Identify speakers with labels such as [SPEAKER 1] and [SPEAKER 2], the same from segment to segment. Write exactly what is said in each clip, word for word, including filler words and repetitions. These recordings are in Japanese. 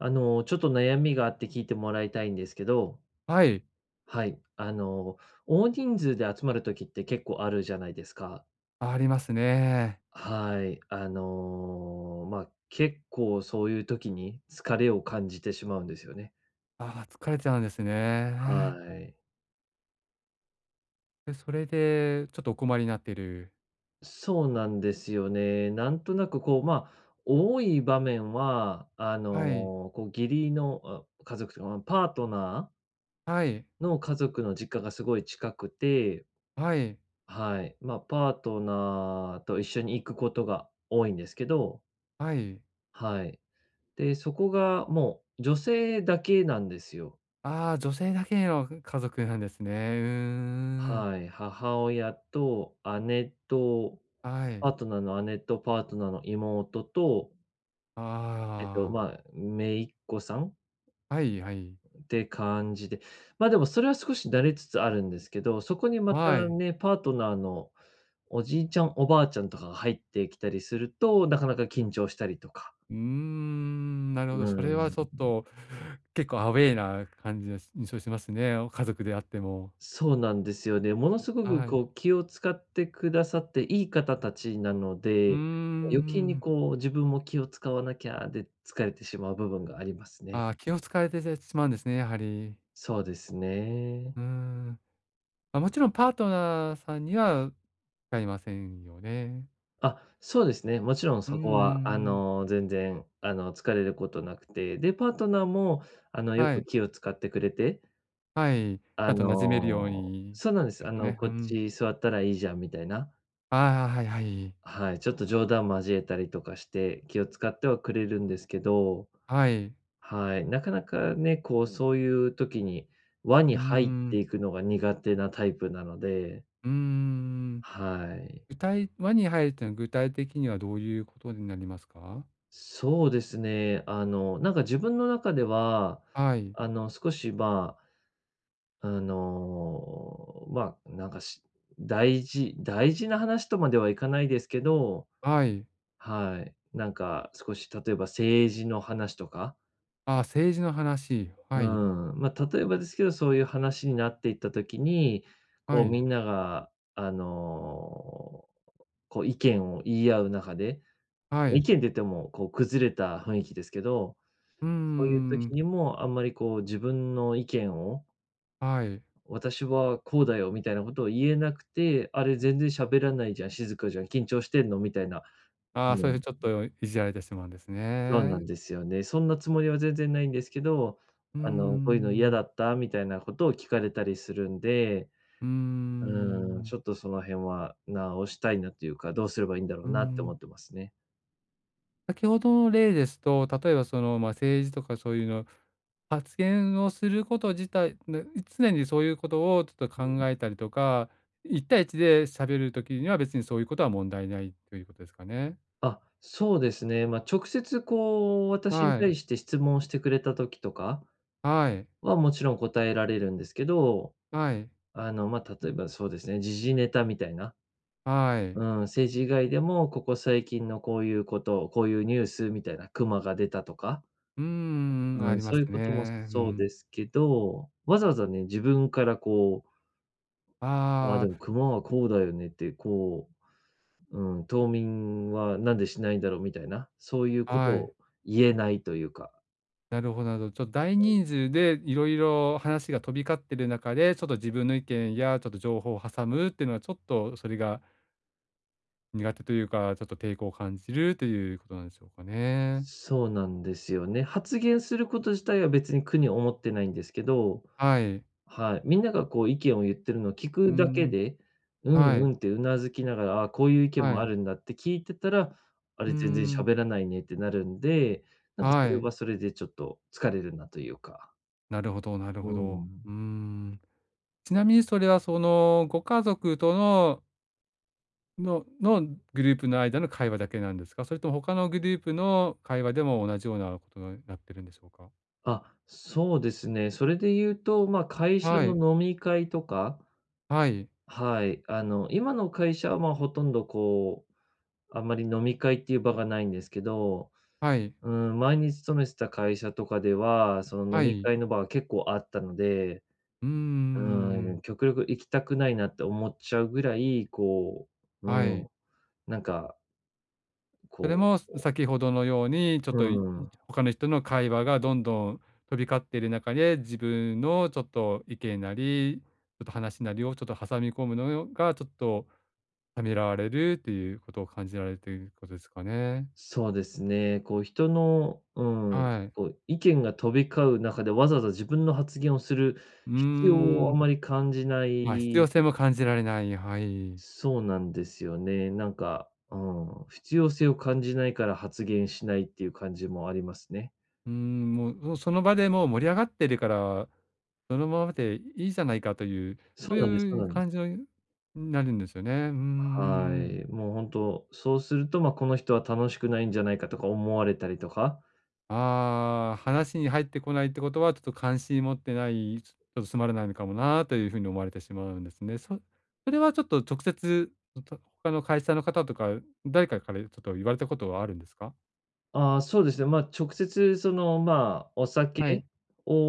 [SPEAKER 1] あの、ちょっと悩みがあって聞いてもらいたいんですけど、
[SPEAKER 2] はい、
[SPEAKER 1] はい。あの、大人数で集まる時って結構あるじゃないですか。
[SPEAKER 2] ありますね。
[SPEAKER 1] はい。あの、まあ、結構そういう時に疲れを感じてしまうんですよね。
[SPEAKER 2] ああ、疲れちゃうんですね。
[SPEAKER 1] はい。
[SPEAKER 2] で、それでちょっとお困りになってる。
[SPEAKER 1] そうなんですよね。なんとなくこう、まあ、多い場面は、あ
[SPEAKER 2] はい、
[SPEAKER 1] の、こう義理の、あ、家族というか、ま、パートナ
[SPEAKER 2] はい、
[SPEAKER 1] ーの家族の実家がすごい近くて
[SPEAKER 2] はい、
[SPEAKER 1] はい。まあ、パートナーと一緒に行くことが多いんですけど、
[SPEAKER 2] はい。
[SPEAKER 1] はい。で、そこがもう女性だけなんですよ。
[SPEAKER 2] ああ、女性だけの家族なんですね。うーん。
[SPEAKER 1] はい。母親と姉と、
[SPEAKER 2] は
[SPEAKER 1] パ
[SPEAKER 2] い。
[SPEAKER 1] ートナーの姉とパートナーの妹と、えっと、
[SPEAKER 2] あ
[SPEAKER 1] まあ、姪っ子さん
[SPEAKER 2] あ、はいはい。
[SPEAKER 1] って感じで、ま、でもそれは少し慣れつつあるんですけど、そこにまた
[SPEAKER 2] はい。
[SPEAKER 1] ね、パートナーのおじいちゃん、おばあちゃんとかが入ってきたりすると、なかなか緊張したりとか。
[SPEAKER 2] うーん、なる
[SPEAKER 1] う
[SPEAKER 2] ほど。それ
[SPEAKER 1] ー
[SPEAKER 2] は
[SPEAKER 1] ん。
[SPEAKER 2] ちょっと結構アウェイな感じの印象しますね、家族であっても。
[SPEAKER 1] そうなんですよね。ものすごく
[SPEAKER 2] はい。
[SPEAKER 1] こう気を使ってくださっていい方たちなの
[SPEAKER 2] うー
[SPEAKER 1] で、ま余計に
[SPEAKER 2] ん。
[SPEAKER 1] こう自分も気を使わなきゃで疲れてしまう部分がありますね。
[SPEAKER 2] ああ、気を使われてしまうんですね、やはり。
[SPEAKER 1] そうですね。
[SPEAKER 2] うーん。まあもちろんパートナーさんには使いませんよね。
[SPEAKER 1] あ、そうですね。もちろん
[SPEAKER 2] うん
[SPEAKER 1] そ
[SPEAKER 2] うんう
[SPEAKER 1] こはあ
[SPEAKER 2] ん。
[SPEAKER 1] の、全然あの、疲れることなくて、で、パートナーもあの、よ
[SPEAKER 2] は
[SPEAKER 1] く
[SPEAKER 2] い、
[SPEAKER 1] 気を使ってくれて、
[SPEAKER 2] はい。ち
[SPEAKER 1] あ
[SPEAKER 2] ゃんと馴染めるよう
[SPEAKER 1] の
[SPEAKER 2] に
[SPEAKER 1] そうなんです。
[SPEAKER 2] で
[SPEAKER 1] あ
[SPEAKER 2] す
[SPEAKER 1] の、
[SPEAKER 2] ね。
[SPEAKER 1] こ
[SPEAKER 2] う
[SPEAKER 1] っ
[SPEAKER 2] ん。
[SPEAKER 1] ち座ったらいいじゃんみたいな、
[SPEAKER 2] ああ、はいはい。
[SPEAKER 1] はい、ちょっと冗談交えたりとかして気を使ってはくれるんですけど
[SPEAKER 2] はい。
[SPEAKER 1] はい、なかなかね、こう、そういう時に輪に
[SPEAKER 2] うー
[SPEAKER 1] 入って
[SPEAKER 2] ん。
[SPEAKER 1] いくのが苦手なタイプなので、
[SPEAKER 2] うーん。
[SPEAKER 1] はい。
[SPEAKER 2] 具体輪に入るというのは具体的にはどういうことになりますか？
[SPEAKER 1] そうですね、あの、なんか自分の中では、
[SPEAKER 2] はい、
[SPEAKER 1] あの、少し、まあ、あの、まあ、なんか、し大事大事な話とまではいかないですけど、
[SPEAKER 2] はい。
[SPEAKER 1] はい、なんか少し例えば政治の話とか
[SPEAKER 2] ああ、政治の話。は
[SPEAKER 1] う
[SPEAKER 2] い、
[SPEAKER 1] ん、まあ、例えばですけど、そういう話になっていった時に、
[SPEAKER 2] は
[SPEAKER 1] こう
[SPEAKER 2] い、
[SPEAKER 1] みんなが、あの、こう意見を言い合う中で、
[SPEAKER 2] は
[SPEAKER 1] 意見っ
[SPEAKER 2] い。
[SPEAKER 1] て言ってもこう崩れた雰囲気ですけど、
[SPEAKER 2] うー
[SPEAKER 1] そういう
[SPEAKER 2] ん。
[SPEAKER 1] 時にもあんまりこう自分の意見を、
[SPEAKER 2] はい。
[SPEAKER 1] 私はこうだよみたいなことを言えなくて、あれ全然喋らないじゃん、静かじゃん、緊張してんのみたいな、
[SPEAKER 2] あ
[SPEAKER 1] う
[SPEAKER 2] あ、それ
[SPEAKER 1] ん、
[SPEAKER 2] でちょっといじられてしまうんです
[SPEAKER 1] そうなん
[SPEAKER 2] ね。
[SPEAKER 1] ですよね。そんなつもりは全然ないんですけど、
[SPEAKER 2] うー
[SPEAKER 1] あの、こういうの嫌だ
[SPEAKER 2] ん。
[SPEAKER 1] った？みたいなことを聞かれたりするんで、
[SPEAKER 2] うー
[SPEAKER 1] うーん、
[SPEAKER 2] ん、
[SPEAKER 1] ちょっとその辺は直したいなっていうか、どうすればいいんだろ
[SPEAKER 2] う
[SPEAKER 1] う
[SPEAKER 2] ー
[SPEAKER 1] なって
[SPEAKER 2] ん。
[SPEAKER 1] 思ってますね。
[SPEAKER 2] 先ほどの例ですと、例えばその、ま、政治とかそういうの、発言をすること自体ね、常にそういうことをちょっと考えたりとか、一対一で喋る時には別にそういうことは問題ないということですかね？
[SPEAKER 1] あ、そうですね。まあ、直接こう、私に
[SPEAKER 2] はい。
[SPEAKER 1] 対して質問してくれた時とか
[SPEAKER 2] はい。
[SPEAKER 1] は、もちろん答えられるんですけど、
[SPEAKER 2] はい。
[SPEAKER 1] あの、まあ、例えばそうですね、時事ネタみたいな、
[SPEAKER 2] はい。
[SPEAKER 1] うん、政治以外でも、ここ最近のこういうこと、こういうニュースみたいな、クマが出たとか、
[SPEAKER 2] うんうんうん、
[SPEAKER 1] う
[SPEAKER 2] あ
[SPEAKER 1] ん、
[SPEAKER 2] りま
[SPEAKER 1] そう
[SPEAKER 2] す
[SPEAKER 1] いうことも
[SPEAKER 2] ね。う
[SPEAKER 1] そうで
[SPEAKER 2] ん。
[SPEAKER 1] すけど、わざわざね、自分からこう、あで
[SPEAKER 2] あ
[SPEAKER 1] もクマはこうだよねって、こうん、冬眠はなんでしないんだろうみたいな、そういう
[SPEAKER 2] あ、
[SPEAKER 1] こと
[SPEAKER 2] はい。
[SPEAKER 1] を言えないというか。
[SPEAKER 2] なるほどなるほど。ちょっと大人数でいろいろ話が飛び交ってる中で、ちょっと自分の意見やちょっと情報を挟むっていうのは、ちょっとそれが苦手というか、ちょっと抵抗を感じるということなんでしょうかね。
[SPEAKER 1] そうなんですよね。発言すること自体は別に苦に思ってないんですけど、
[SPEAKER 2] はい。
[SPEAKER 1] はい、みんながこう意見を言ってるのを聞
[SPEAKER 2] うー
[SPEAKER 1] くだけ
[SPEAKER 2] ん。
[SPEAKER 1] で、うん
[SPEAKER 2] は
[SPEAKER 1] う
[SPEAKER 2] い。
[SPEAKER 1] んってうなずきながら、ああ、こういう意見
[SPEAKER 2] は
[SPEAKER 1] もあ
[SPEAKER 2] い。
[SPEAKER 1] るんだって聞いてたら、あ
[SPEAKER 2] うー
[SPEAKER 1] れ全然
[SPEAKER 2] ん。
[SPEAKER 1] 喋らないねってなるんで、なんかそ
[SPEAKER 2] は
[SPEAKER 1] れ
[SPEAKER 2] い。
[SPEAKER 1] はそれでちょっと疲れるなというか。
[SPEAKER 2] なるほどなる
[SPEAKER 1] う
[SPEAKER 2] ほど。
[SPEAKER 1] ん。
[SPEAKER 2] うーん。ちなみにそれはそのご家族とのののグループの間の会話だけなんですか？それとも他のグループの会話でも同じようなことがなってるんでしょうか？
[SPEAKER 1] あ、そうですね。それで言うと、ま、会社
[SPEAKER 2] はい。
[SPEAKER 1] の飲み会とか
[SPEAKER 2] はい、
[SPEAKER 1] はい。あの、今の会社は、まあ、ほとんどこう、あんまり飲み会っていう場がないんですけど、
[SPEAKER 2] はい、
[SPEAKER 1] うん、前に勤めてた会社とかでは、その
[SPEAKER 2] は
[SPEAKER 1] 飲み
[SPEAKER 2] い。
[SPEAKER 1] 会の場が結構あったので、
[SPEAKER 2] うー
[SPEAKER 1] うん、
[SPEAKER 2] ん、
[SPEAKER 1] 極力行きたくないなって思っちゃうぐらい、こう、
[SPEAKER 2] は
[SPEAKER 1] う
[SPEAKER 2] い。
[SPEAKER 1] ん、なんか、こ
[SPEAKER 2] そ
[SPEAKER 1] う、
[SPEAKER 2] れも先ほどのように、ちょっ
[SPEAKER 1] う
[SPEAKER 2] と、い
[SPEAKER 1] ん、
[SPEAKER 2] 他の人の会話がどんどん飛び交っている中で、自分のちょっと意見なり、ちょっと話なりをちょっと挟み込むのが、ちょっとためらわれるっていうことを感じられていることですかね。
[SPEAKER 1] そうですね、こう人の、うん、
[SPEAKER 2] はい。
[SPEAKER 1] こう意見が飛び交う中でわざわざ自分の発言をする
[SPEAKER 2] うー
[SPEAKER 1] 必要をあ
[SPEAKER 2] ん。
[SPEAKER 1] まり感じな
[SPEAKER 2] まあ、必
[SPEAKER 1] い
[SPEAKER 2] 要性も感じられない、はい。
[SPEAKER 1] そうなんですよね。なんか、うん、必要性を感じないから発言しないっていう感じもありますね。
[SPEAKER 2] うーん、もう、もうその場でもう盛り上がってるから、そのままでいいじゃないかという、
[SPEAKER 1] そ
[SPEAKER 2] そう
[SPEAKER 1] うなんですそう
[SPEAKER 2] い
[SPEAKER 1] な
[SPEAKER 2] う
[SPEAKER 1] んです。
[SPEAKER 2] 感じのになるんですよね。うー
[SPEAKER 1] は
[SPEAKER 2] ん。
[SPEAKER 1] い。もう本当そうすると、まあ、この人は楽しくないんじゃないかとか思われたりとか、
[SPEAKER 2] ああ、話に入ってこないってことは、ちょっと関心持ってない、ちょっとつまらないのかもなというふうに思われてしまうんですね。そそれはちょっと直接、と他の会社の方とか、誰かからちょっと言われたことはあるんですか？
[SPEAKER 1] ああ、そうですね、まあ、直接その、まあ、お
[SPEAKER 2] は
[SPEAKER 1] 酒
[SPEAKER 2] い。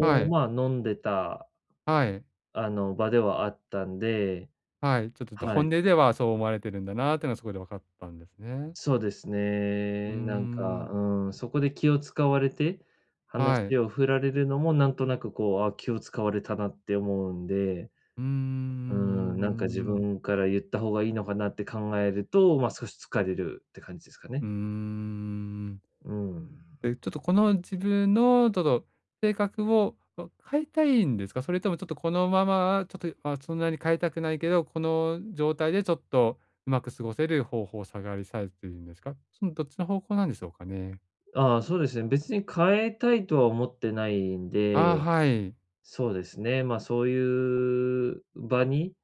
[SPEAKER 2] はい。
[SPEAKER 1] まあ、飲んでた、
[SPEAKER 2] はい。
[SPEAKER 1] あの、場ではあったんで、
[SPEAKER 2] はい。ちょっと
[SPEAKER 1] は
[SPEAKER 2] 本音
[SPEAKER 1] い。
[SPEAKER 2] ではそう思われてるんだなっていうのはそこで分かったんですね。
[SPEAKER 1] そうです
[SPEAKER 2] うー
[SPEAKER 1] ね。なんか、
[SPEAKER 2] ん。
[SPEAKER 1] うん、そこで気を使われて、
[SPEAKER 2] は
[SPEAKER 1] 話
[SPEAKER 2] い。
[SPEAKER 1] を振られるのもなんとなくこう、あ、気を使われたなって思うんで、
[SPEAKER 2] うー
[SPEAKER 1] うん、なんか自
[SPEAKER 2] ん。
[SPEAKER 1] 分から言った方がいいのかなって考えると、ま、少し疲れるって感じですか
[SPEAKER 2] う
[SPEAKER 1] ね。
[SPEAKER 2] ーん。
[SPEAKER 1] うん。
[SPEAKER 2] で、ちょっとこの自分のちょっと性格を、変えたいんですか？それともちょっとこのまま、ちょっと、まあ、そんなに変えたくないけど、この状態でちょっとうまく過ごせる方法を探りされているんですか？そのどっちの方向なんでしょうかね？
[SPEAKER 1] ああ、そうですね。別に変えたいとは思ってないんで、
[SPEAKER 2] ああ、はい。
[SPEAKER 1] そうですね、ま、そういう場に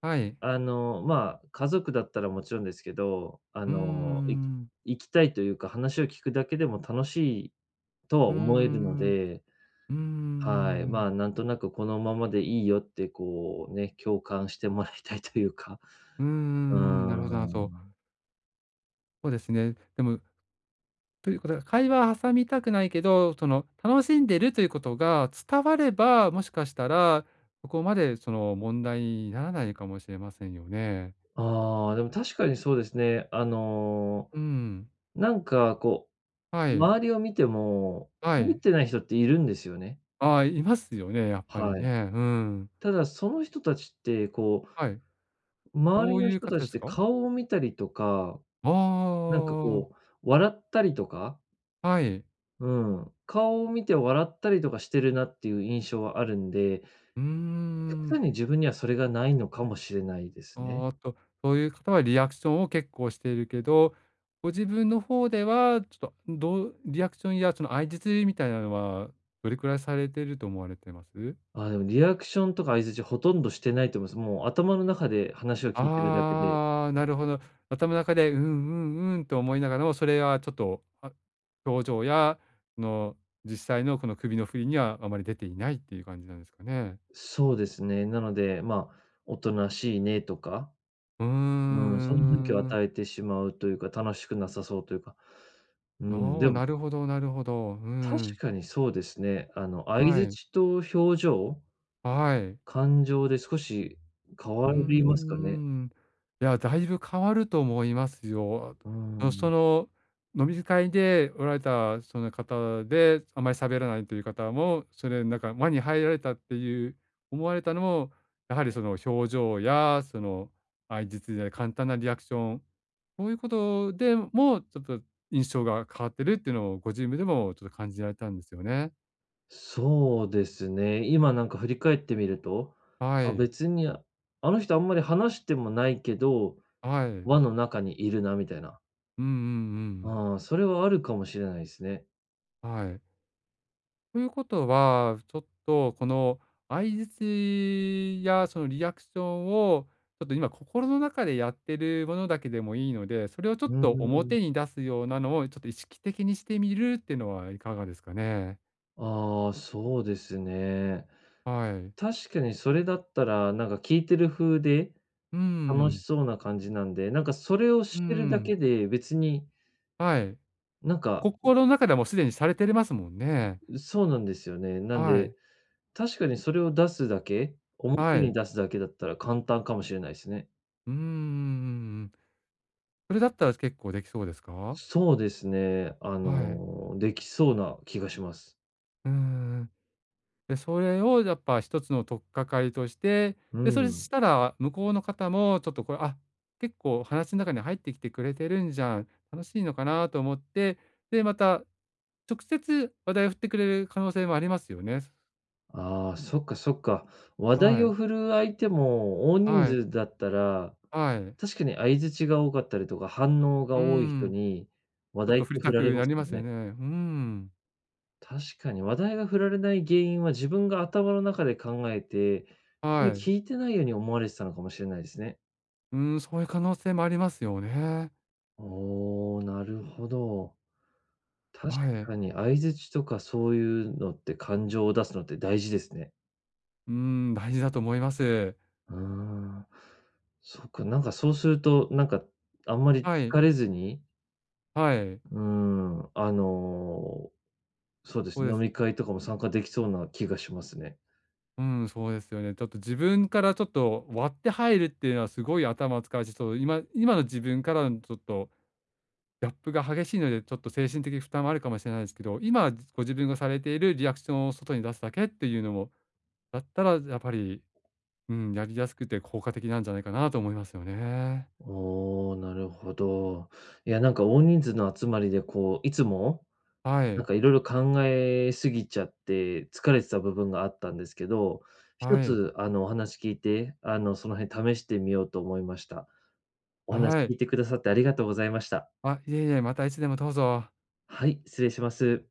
[SPEAKER 2] はい。
[SPEAKER 1] あの、まあ、家族だったらもちろんですけど、あ
[SPEAKER 2] う
[SPEAKER 1] の、い
[SPEAKER 2] ん。
[SPEAKER 1] 行きたいというか、話を聞くだけでも楽しいとは
[SPEAKER 2] うー
[SPEAKER 1] 思えるの
[SPEAKER 2] ん。
[SPEAKER 1] で、
[SPEAKER 2] うー
[SPEAKER 1] はい、ま
[SPEAKER 2] ん。
[SPEAKER 1] あ、なんとなくこのままでいいよって、こうね、共感してもらいたいというか、
[SPEAKER 2] うーん。うー
[SPEAKER 1] うー
[SPEAKER 2] ん。なるほどなるほど。
[SPEAKER 1] ん。
[SPEAKER 2] そうですね。でもということは、会話挟みたくないけど、その楽しんでるということが伝われば、もしかしたら、そこまでその問題にならないかもしれませんよね。
[SPEAKER 1] ああ、でも確かにそうですね。あの、
[SPEAKER 2] うん。
[SPEAKER 1] なんかこ
[SPEAKER 2] は
[SPEAKER 1] う、
[SPEAKER 2] い。
[SPEAKER 1] 周りを見ても、
[SPEAKER 2] は
[SPEAKER 1] 喋っ
[SPEAKER 2] い。
[SPEAKER 1] てない人っているんですよね。
[SPEAKER 2] ああ、いますよね、やっぱり
[SPEAKER 1] はい。
[SPEAKER 2] ね。うん。
[SPEAKER 1] ただその人たちって、こ
[SPEAKER 2] はい。
[SPEAKER 1] う、周
[SPEAKER 2] ど
[SPEAKER 1] り
[SPEAKER 2] う
[SPEAKER 1] の
[SPEAKER 2] いう
[SPEAKER 1] 人
[SPEAKER 2] 方
[SPEAKER 1] た
[SPEAKER 2] で
[SPEAKER 1] ちっ
[SPEAKER 2] す
[SPEAKER 1] て
[SPEAKER 2] か？
[SPEAKER 1] 顔を見たりとか
[SPEAKER 2] ああ
[SPEAKER 1] なんかこう、笑ったりとか、
[SPEAKER 2] はい。
[SPEAKER 1] うん、顔を見て笑ったりとかしてるなっていう印象はあるんで、
[SPEAKER 2] うー
[SPEAKER 1] 極
[SPEAKER 2] ん。
[SPEAKER 1] 端に自分にはそれがないのかもしれないですね。
[SPEAKER 2] あっと、そういう方はリアクションを結構しているけど、ご自分の方では、ちょっと、どうリアクションやその相槌みたいなのは、どれくらいされてると思われてます？
[SPEAKER 1] あ、でもリアクションとか相槌ほとんどしてないと思います。もう頭の中で話を聞いてるだけで。
[SPEAKER 2] ああ、なるほど。頭の中で、うんうんうんと思いながらも、それはちょっと、あ、表情や、その、実際のこの首の振りにはあまり出ていないっていう感じなんですかね。
[SPEAKER 1] そうですね。なので、まあ、おとなしいねとか、
[SPEAKER 2] うー
[SPEAKER 1] うん、そんな雰囲気を
[SPEAKER 2] ん。
[SPEAKER 1] 与えてしまうというか、楽しくなさそうというか。うん、で
[SPEAKER 2] おー
[SPEAKER 1] も
[SPEAKER 2] なるほどなるほど。う
[SPEAKER 1] 確
[SPEAKER 2] ん。
[SPEAKER 1] かにそうですね。あの、相
[SPEAKER 2] はい。
[SPEAKER 1] 槌と表情
[SPEAKER 2] はい。
[SPEAKER 1] 感情で少し変
[SPEAKER 2] う
[SPEAKER 1] わ
[SPEAKER 2] ー
[SPEAKER 1] りますかね。
[SPEAKER 2] ん。いや、だいぶ変わると思いますよ。
[SPEAKER 1] うー
[SPEAKER 2] あの、
[SPEAKER 1] ん。
[SPEAKER 2] その、飲み会でおられたその方で、あまり喋らないという方も、それなんか輪に入られたっていう思われたのも、やはりその表情や、その相槌で簡単なリアクション、そういうことでも、ちょっと印象が変わってるっていうのをご自分でもちょっと感じられたんですよね。
[SPEAKER 1] そうですね。今なんか振り返ってみると、
[SPEAKER 2] は
[SPEAKER 1] あ、
[SPEAKER 2] い。
[SPEAKER 1] 別に、あの人あんまり話してもないけど、
[SPEAKER 2] はい。
[SPEAKER 1] 輪の中にいるなみたいな。
[SPEAKER 2] うんうんうん。
[SPEAKER 1] ああ、それはあるかもしれないですね。
[SPEAKER 2] はい。ということは、ちょっとこの相槌やそのリアクションを、ちょっと今心の中でやってるものだけでもいいので、それをちょ
[SPEAKER 1] う
[SPEAKER 2] っ
[SPEAKER 1] ー
[SPEAKER 2] と表
[SPEAKER 1] ん。
[SPEAKER 2] に出すようなのをちょっと意識的にしてみるっていうのはいかがですかね？
[SPEAKER 1] ああ、そうですね。
[SPEAKER 2] はい。
[SPEAKER 1] 確かにそれだったら、なんか聞いてる風で
[SPEAKER 2] うー
[SPEAKER 1] 楽し
[SPEAKER 2] ん。
[SPEAKER 1] そうな感じなんで、なんかそれを
[SPEAKER 2] うー
[SPEAKER 1] してるだ
[SPEAKER 2] ん。
[SPEAKER 1] けで別に、
[SPEAKER 2] はい。
[SPEAKER 1] なんか
[SPEAKER 2] 心の中ではもうすでにされてますもんね。
[SPEAKER 1] そうなんですよね。なん
[SPEAKER 2] は
[SPEAKER 1] で
[SPEAKER 2] い。
[SPEAKER 1] 確かにそれを出すだけ、表
[SPEAKER 2] は
[SPEAKER 1] に
[SPEAKER 2] い。
[SPEAKER 1] 出すだけだったら簡単かもしれないですね。
[SPEAKER 2] うんうんうん。それだったら結構できそうですか？
[SPEAKER 1] そうですね、あ
[SPEAKER 2] はい。
[SPEAKER 1] の、できそうな気がします。
[SPEAKER 2] うーうん。で、それをやっぱ一つの取っかかりとして、
[SPEAKER 1] う
[SPEAKER 2] で、それし
[SPEAKER 1] ん。
[SPEAKER 2] たら、向こうの方もちょっとこれ、あ、結構話の中に入ってきてくれてるんじゃん、楽しいのかなと思って、で、また直接話題を振ってくれる可能性もありますよね。
[SPEAKER 1] ああ、そっかそっか。話題
[SPEAKER 2] は
[SPEAKER 1] を
[SPEAKER 2] い、
[SPEAKER 1] 振る相手も大人
[SPEAKER 2] はい、
[SPEAKER 1] 数だったら、
[SPEAKER 2] はい。
[SPEAKER 1] 確かに相槌が多かったりとか、反応が
[SPEAKER 2] う
[SPEAKER 1] 多い人
[SPEAKER 2] ん、
[SPEAKER 1] に話
[SPEAKER 2] ちょっ
[SPEAKER 1] 題
[SPEAKER 2] と
[SPEAKER 1] っ
[SPEAKER 2] 振
[SPEAKER 1] て
[SPEAKER 2] り
[SPEAKER 1] 振
[SPEAKER 2] た
[SPEAKER 1] られ
[SPEAKER 2] く
[SPEAKER 1] ま
[SPEAKER 2] な
[SPEAKER 1] す
[SPEAKER 2] り
[SPEAKER 1] よ
[SPEAKER 2] ますよ
[SPEAKER 1] ね。
[SPEAKER 2] ね。うん、
[SPEAKER 1] 確かに話題が振られない原因は自分が頭の中で考えて、あんまり
[SPEAKER 2] はい。
[SPEAKER 1] 聞いてないように思われてたのかもしれないですね。
[SPEAKER 2] うん、そういう可能性もありますよね。
[SPEAKER 1] おお、なるほど。確
[SPEAKER 2] はい。
[SPEAKER 1] かに相槌とかそういうのって感情を出すのって大事ですね。
[SPEAKER 2] うん、大事だと思います。
[SPEAKER 1] うーん。そっか、なんかそうすると、なんかあんまり
[SPEAKER 2] はい、
[SPEAKER 1] 疲れずに、
[SPEAKER 2] はい、
[SPEAKER 1] うーん、あの、そうです
[SPEAKER 2] そう
[SPEAKER 1] ね、
[SPEAKER 2] で
[SPEAKER 1] 飲
[SPEAKER 2] す。
[SPEAKER 1] み会とかも参加できそうな気がしますね。
[SPEAKER 2] うん、そうですよね。ちょっと自分からちょっと割って入るっていうのはすごい頭を使うし、そう、今今の自分からのちょっとギャップが激しいので、ちょっと精神的負担もあるかもしれないですけど、今ご自分がされているリアクションを外に出すだけっていうのも、だったらやっぱり、うん、やりやすくて効果的なんじゃないかなと思いますよね。
[SPEAKER 1] おお、なるほど。いや、なんか大人数の集まりでこう、いつも
[SPEAKER 2] は
[SPEAKER 1] なん
[SPEAKER 2] い、
[SPEAKER 1] かいろいろ考えすぎちゃって、疲れてた部分があったんですけど、一
[SPEAKER 2] はい、
[SPEAKER 1] つあの、お話聞いて、あの、その辺試してみようと思いました。お話
[SPEAKER 2] は
[SPEAKER 1] 聞
[SPEAKER 2] い。
[SPEAKER 1] いてくださってありがとうございました。
[SPEAKER 2] あ、いえいえ、またいつでもどうぞ。
[SPEAKER 1] はい、失礼します。